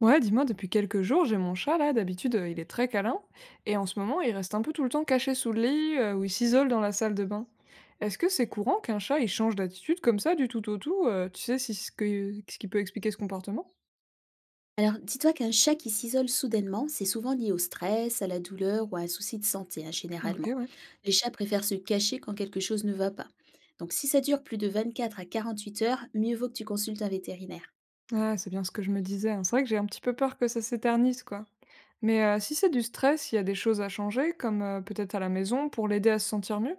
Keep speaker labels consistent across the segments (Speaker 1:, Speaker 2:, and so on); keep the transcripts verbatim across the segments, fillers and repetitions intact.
Speaker 1: Ouais, dis-moi, depuis quelques jours, j'ai mon chat là. D'habitude, euh, il est très câlin, et en ce moment, il reste un peu tout le temps caché sous le lit euh, ou il s'isole dans la salle de bain. Est-ce que c'est courant qu'un chat il change d'attitude comme ça du tout au tout euh, Tu sais si ce que ce qui peut expliquer ce comportement?
Speaker 2: Alors, dis-toi qu'un chat qui s'isole soudainement, c'est souvent lié au stress, à la douleur ou à un souci de santé, hein,
Speaker 1: Ok,
Speaker 2: généralement.
Speaker 1: ouais.
Speaker 2: Les chats préfèrent se cacher quand quelque chose ne va pas. Donc, si ça dure plus de vingt-quatre à quarante-huit heures, mieux vaut que tu consultes un vétérinaire.
Speaker 1: Ah, c'est bien ce que je me disais, hein. C'est vrai que j'ai un petit peu peur que ça s'éternise, quoi. Mais euh, si c'est du stress, il y a des choses à changer, comme euh, peut-être à la maison, pour l'aider à se sentir mieux?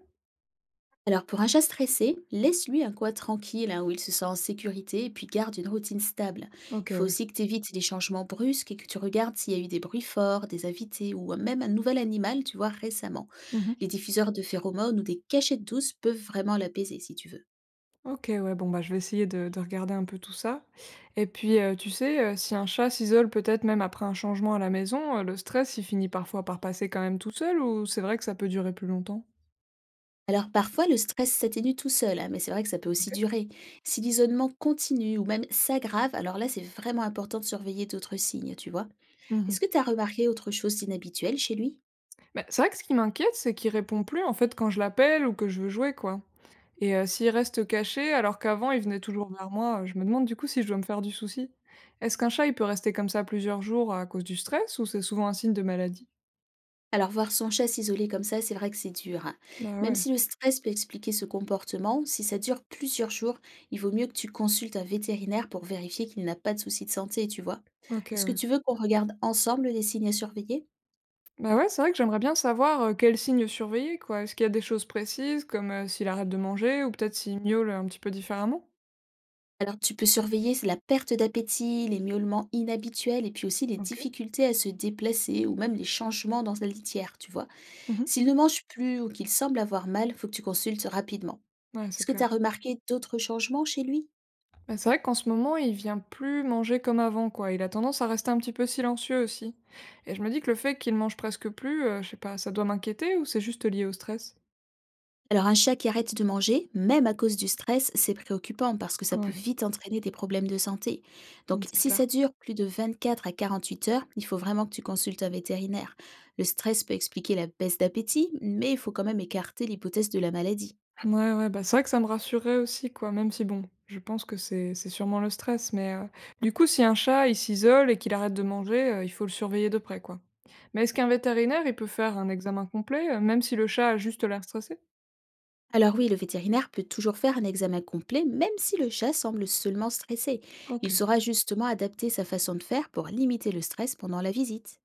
Speaker 2: Alors, pour un chat stressé, laisse-lui un coin tranquille, hein, où il se sent en sécurité, et puis garde une routine stable.
Speaker 1: Ok,
Speaker 2: Il faut
Speaker 1: ouais.
Speaker 2: aussi que tu évites les changements brusques et que tu regardes s'il y a eu des bruits forts, des invités ou même un nouvel animal, tu vois, récemment. Les diffuseurs de phéromones ou des cachettes douces peuvent vraiment l'apaiser si tu veux.
Speaker 1: OK, ouais, bon, bah, je vais essayer de de regarder un peu tout ça. Et puis, heu, tu sais, heu, si un chat s'isole peut-être même après un changement à la maison, heu, le stress, il finit parfois par passer quand même tout seul, ou c'est vrai que ça peut durer plus longtemps?
Speaker 2: Alors parfois, le stress s'atténue tout seul, hein, mais c'est vrai que ça peut aussi
Speaker 1: OK.
Speaker 2: durer. Si l'isolement continue ou même s'aggrave, alors là, c'est vraiment important de surveiller d'autres signes, tu vois. Est-ce
Speaker 1: Mmh.
Speaker 2: que tu as remarqué autre chose d'inhabituel chez lui?
Speaker 1: Bah, c'est vrai que ce qui m'inquiète, c'est qu'il répond plus, en fait, quand je l'appelle ou que je veux jouer, quoi. Et heu, s'il reste caché alors qu'avant il venait toujours vers moi, euh, je me demande du coup si je dois me faire du souci. Est-ce qu'un chat, il peut rester comme ça plusieurs jours à cause du stress, ou c'est souvent un signe de maladie?
Speaker 2: Alors voir son chat s'isoler comme ça, c'est vrai que c'est dur, hein.
Speaker 1: Bah,
Speaker 2: Même
Speaker 1: ouais.
Speaker 2: si le stress peut expliquer ce comportement, si ça dure plusieurs jours, il vaut mieux que tu consultes un vétérinaire pour vérifier qu'il n'a pas de soucis de santé, tu vois.
Speaker 1: OK,
Speaker 2: Est-ce que
Speaker 1: ouais.
Speaker 2: tu veux qu'on regarde ensemble les signes à surveiller?
Speaker 1: Bah ouais, c'est vrai que j'aimerais bien savoir, heu, quels signes surveiller, quoi. Est-ce qu'il y a des choses précises comme, heu, s'il arrête de manger ou peut-être s'il miaule un petit peu différemment?
Speaker 2: Alors, tu peux surveiller la perte d'appétit, les miaulements inhabituels et puis aussi les
Speaker 1: OK.
Speaker 2: difficultés à se déplacer ou même les changements dans sa litière, tu vois.
Speaker 1: Mmh.
Speaker 2: S'il ne mange plus ou qu'il semble avoir mal, faut que tu consultes rapidement.
Speaker 1: Ouais, c'est
Speaker 2: Est-ce que tu
Speaker 1: clair.
Speaker 2: as remarqué d'autres changements chez lui?
Speaker 1: Bah, c'est vrai qu'en ce moment, il vient plus manger comme avant, quoi. Il a tendance à rester un petit peu silencieux aussi, et je me dis que le fait qu'il mange presque plus, heu, je sais pas, ça doit m'inquiéter ou c'est juste lié au stress?
Speaker 2: Alors, un chat qui arrête de manger, même à cause du stress, c'est préoccupant parce que ça peut
Speaker 1: Ouais,
Speaker 2: vite entraîner des problèmes de santé.
Speaker 1: mmh,
Speaker 2: Donc,
Speaker 1: c'est
Speaker 2: si ça
Speaker 1: clair.
Speaker 2: dure plus de vingt-quatre à quarante-huit heures, il faut vraiment que tu consultes un vétérinaire. Le stress peut expliquer la baisse d'appétit, mais il faut quand même écarter l'hypothèse de la maladie.
Speaker 1: Ouais, ouais, bah, c'est vrai que ça me rassurait aussi, quoi, même si bon, je pense que c'est c'est sûrement le stress, mais heu, du coup, si un chat, il s'isole et qu'il arrête de manger, heu, il faut le surveiller de près, quoi. Mais est-ce qu'un vétérinaire, il peut faire un examen complet, heu, même si le chat a juste l'air stressé?
Speaker 2: Alors oui, le vétérinaire peut toujours faire un examen complet, même si le chat semble seulement stressé. Il
Speaker 1: OK.
Speaker 2: saura justement adapter sa façon de faire pour limiter le stress pendant la visite.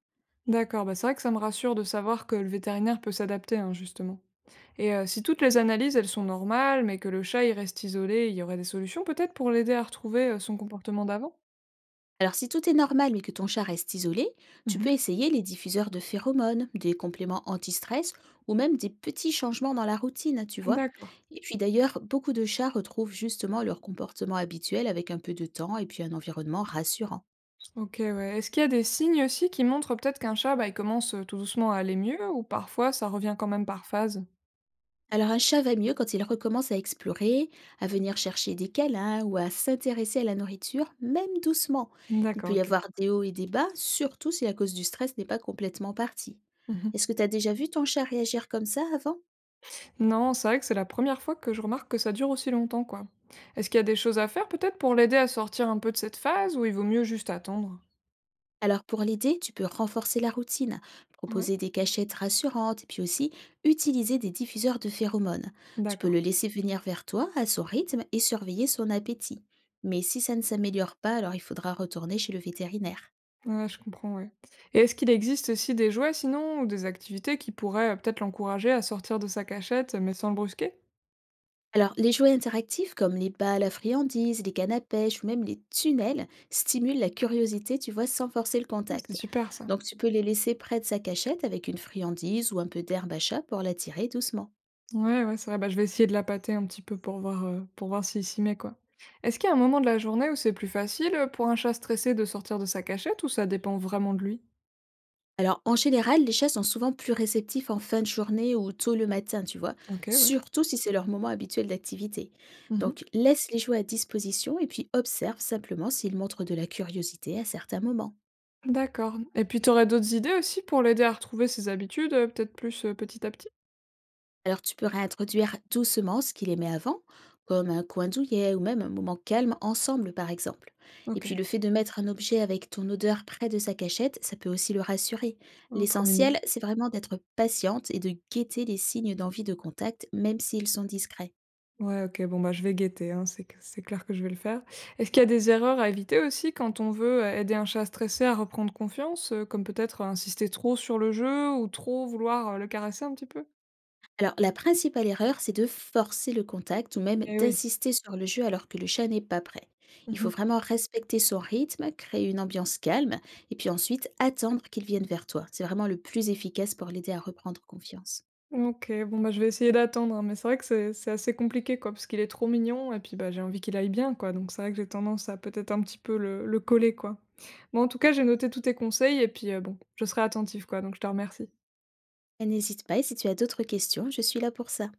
Speaker 1: D'accord, bah, c'est vrai que ça me rassure de savoir que le vétérinaire peut s'adapter, hein, justement. Et heu, si toutes les analyses, elles sont normales, mais que le chat, il reste isolé, il y aurait des solutions peut-être pour l'aider à retrouver, heu, son comportement d'avant?
Speaker 2: Alors si tout est normal mais que ton chat reste isolé, tu
Speaker 1: Mmh.
Speaker 2: peux essayer les diffuseurs de phéromones, des compléments anti-stress ou même des petits changements dans la routine, tu vois.
Speaker 1: D'accord.
Speaker 2: Et puis d'ailleurs, beaucoup de chats retrouvent justement leur comportement habituel avec un peu de temps et puis un environnement rassurant.
Speaker 1: OK, ouais. Est-ce qu'il y a des signes aussi qui montrent peut-être qu'un chat, bah, il commence euh, tout doucement à aller mieux, ou parfois ça revient quand même par phase?
Speaker 2: Alors un chat va mieux quand il recommence à explorer, à venir chercher des câlins ou à s'intéresser à la nourriture, même doucement. Il peut
Speaker 1: D'accord,
Speaker 2: y
Speaker 1: ok.
Speaker 2: avoir des hauts et des bas, surtout si la cause du stress n'est pas complètement partie.
Speaker 1: Mhm.
Speaker 2: Est-ce que tu as déjà vu ton chat réagir comme ça avant?
Speaker 1: Non, c'est vrai que c'est la première fois que je remarque que ça dure aussi longtemps, quoi. Est-ce qu'il y a des choses à faire peut-être pour l'aider à sortir un peu de cette phase, ou il vaut mieux juste attendre?
Speaker 2: Alors pour l'aider, tu peux renforcer la routine,
Speaker 1: Ouais,
Speaker 2: proposer des cachettes rassurantes et puis aussi utiliser des diffuseurs de phéromones. Tu peux le
Speaker 1: d'accord.
Speaker 2: laisser venir vers toi à son rythme et surveiller son appétit. Mais si ça ne s'améliore pas, alors il faudra retourner chez le vétérinaire.
Speaker 1: Ouais, je comprends, ouais. Et est-ce qu'il existe aussi des jouets sinon ou des activités qui pourraient euh, peut-être l'encourager à sortir de sa cachette mais sans le brusquer?
Speaker 2: Alors, les jouets interactifs comme les balles à friandises, les cannes à pêche ou même les tunnels stimulent la curiosité, tu vois, sans forcer le
Speaker 1: Oh, c'est
Speaker 2: contact.
Speaker 1: super ça.
Speaker 2: Donc, tu peux les laisser près de sa cachette avec une friandise ou un peu d'herbe à chat pour l'attirer doucement.
Speaker 1: Ouais, ouais, c'est vrai, bah, je vais essayer de la pâter un petit peu pour voir, heu, pour voir s'il s'y met, quoi. Est-ce qu'il y a un moment de la journée où c'est plus facile, heu, pour un chat stressé de sortir de sa cachette, ou ça dépend vraiment de lui?
Speaker 2: Alors, en général, les chats sont souvent plus réceptifs en fin de journée ou tôt le matin, tu vois,
Speaker 1: OK, ouais.
Speaker 2: surtout si c'est leur moment habituel d'activité.
Speaker 1: Mmh.
Speaker 2: Donc, laisse les jouets à disposition et puis observe simplement s'ils montrent de la curiosité à certains moments.
Speaker 1: D'accord, et puis t'aurais d'autres idées aussi pour l'aider à retrouver ses habitudes, heu, peut-être plus, heu, petit à petit?
Speaker 2: Alors tu peux réintroduire doucement ce qu'il aimait avant, comme un coin douillet ou même un moment calme ensemble par exemple. Et puis
Speaker 1: OK.
Speaker 2: le fait de mettre un objet avec ton odeur près de sa cachette, ça peut aussi le rassurer.
Speaker 1: Oh, trop mignon.
Speaker 2: L'essentiel, c'est vraiment d'être patiente et de guetter les signes d'envie de contact, même s'ils sont discrets.
Speaker 1: Ouais, OK, bon, bah, je vais guetter, hein, c'est c c'est clair que je vais le faire. Est-ce qu'il y a des erreurs à éviter aussi quand on veut, heu, aider un chat stressé à reprendre confiance, heu, comme peut-être euh, insister trop sur le jeu ou trop vouloir, heu, le caresser un petit peu?
Speaker 2: Alors, la principale erreur, c'est de forcer le contact ou même
Speaker 1: Eh oui.
Speaker 2: d'insister sur le jeu alors que le chat n'est pas prêt. Il faut
Speaker 1: Mmh.
Speaker 2: vraiment respecter son rythme, créer une ambiance calme et puis ensuite attendre qu'il vienne vers toi. C'est vraiment le plus efficace pour l'aider à reprendre confiance.
Speaker 1: OK, bon, bah, je vais essayer d'attendre, hein, mais c'est vrai que c'est c'est assez compliqué, quoi, parce qu'il est trop mignon et puis, bah, j'ai envie qu'il aille bien, quoi, donc c'est vrai que j'ai tendance à peut-être un petit peu le le coller, quoi. Bon, en tout cas, j'ai noté tous tes conseils et puis, heu, bon, je serai attentive, quoi, donc je te remercie.
Speaker 2: Et n'hésite pas, et si tu as d'autres questions, je suis là pour ça.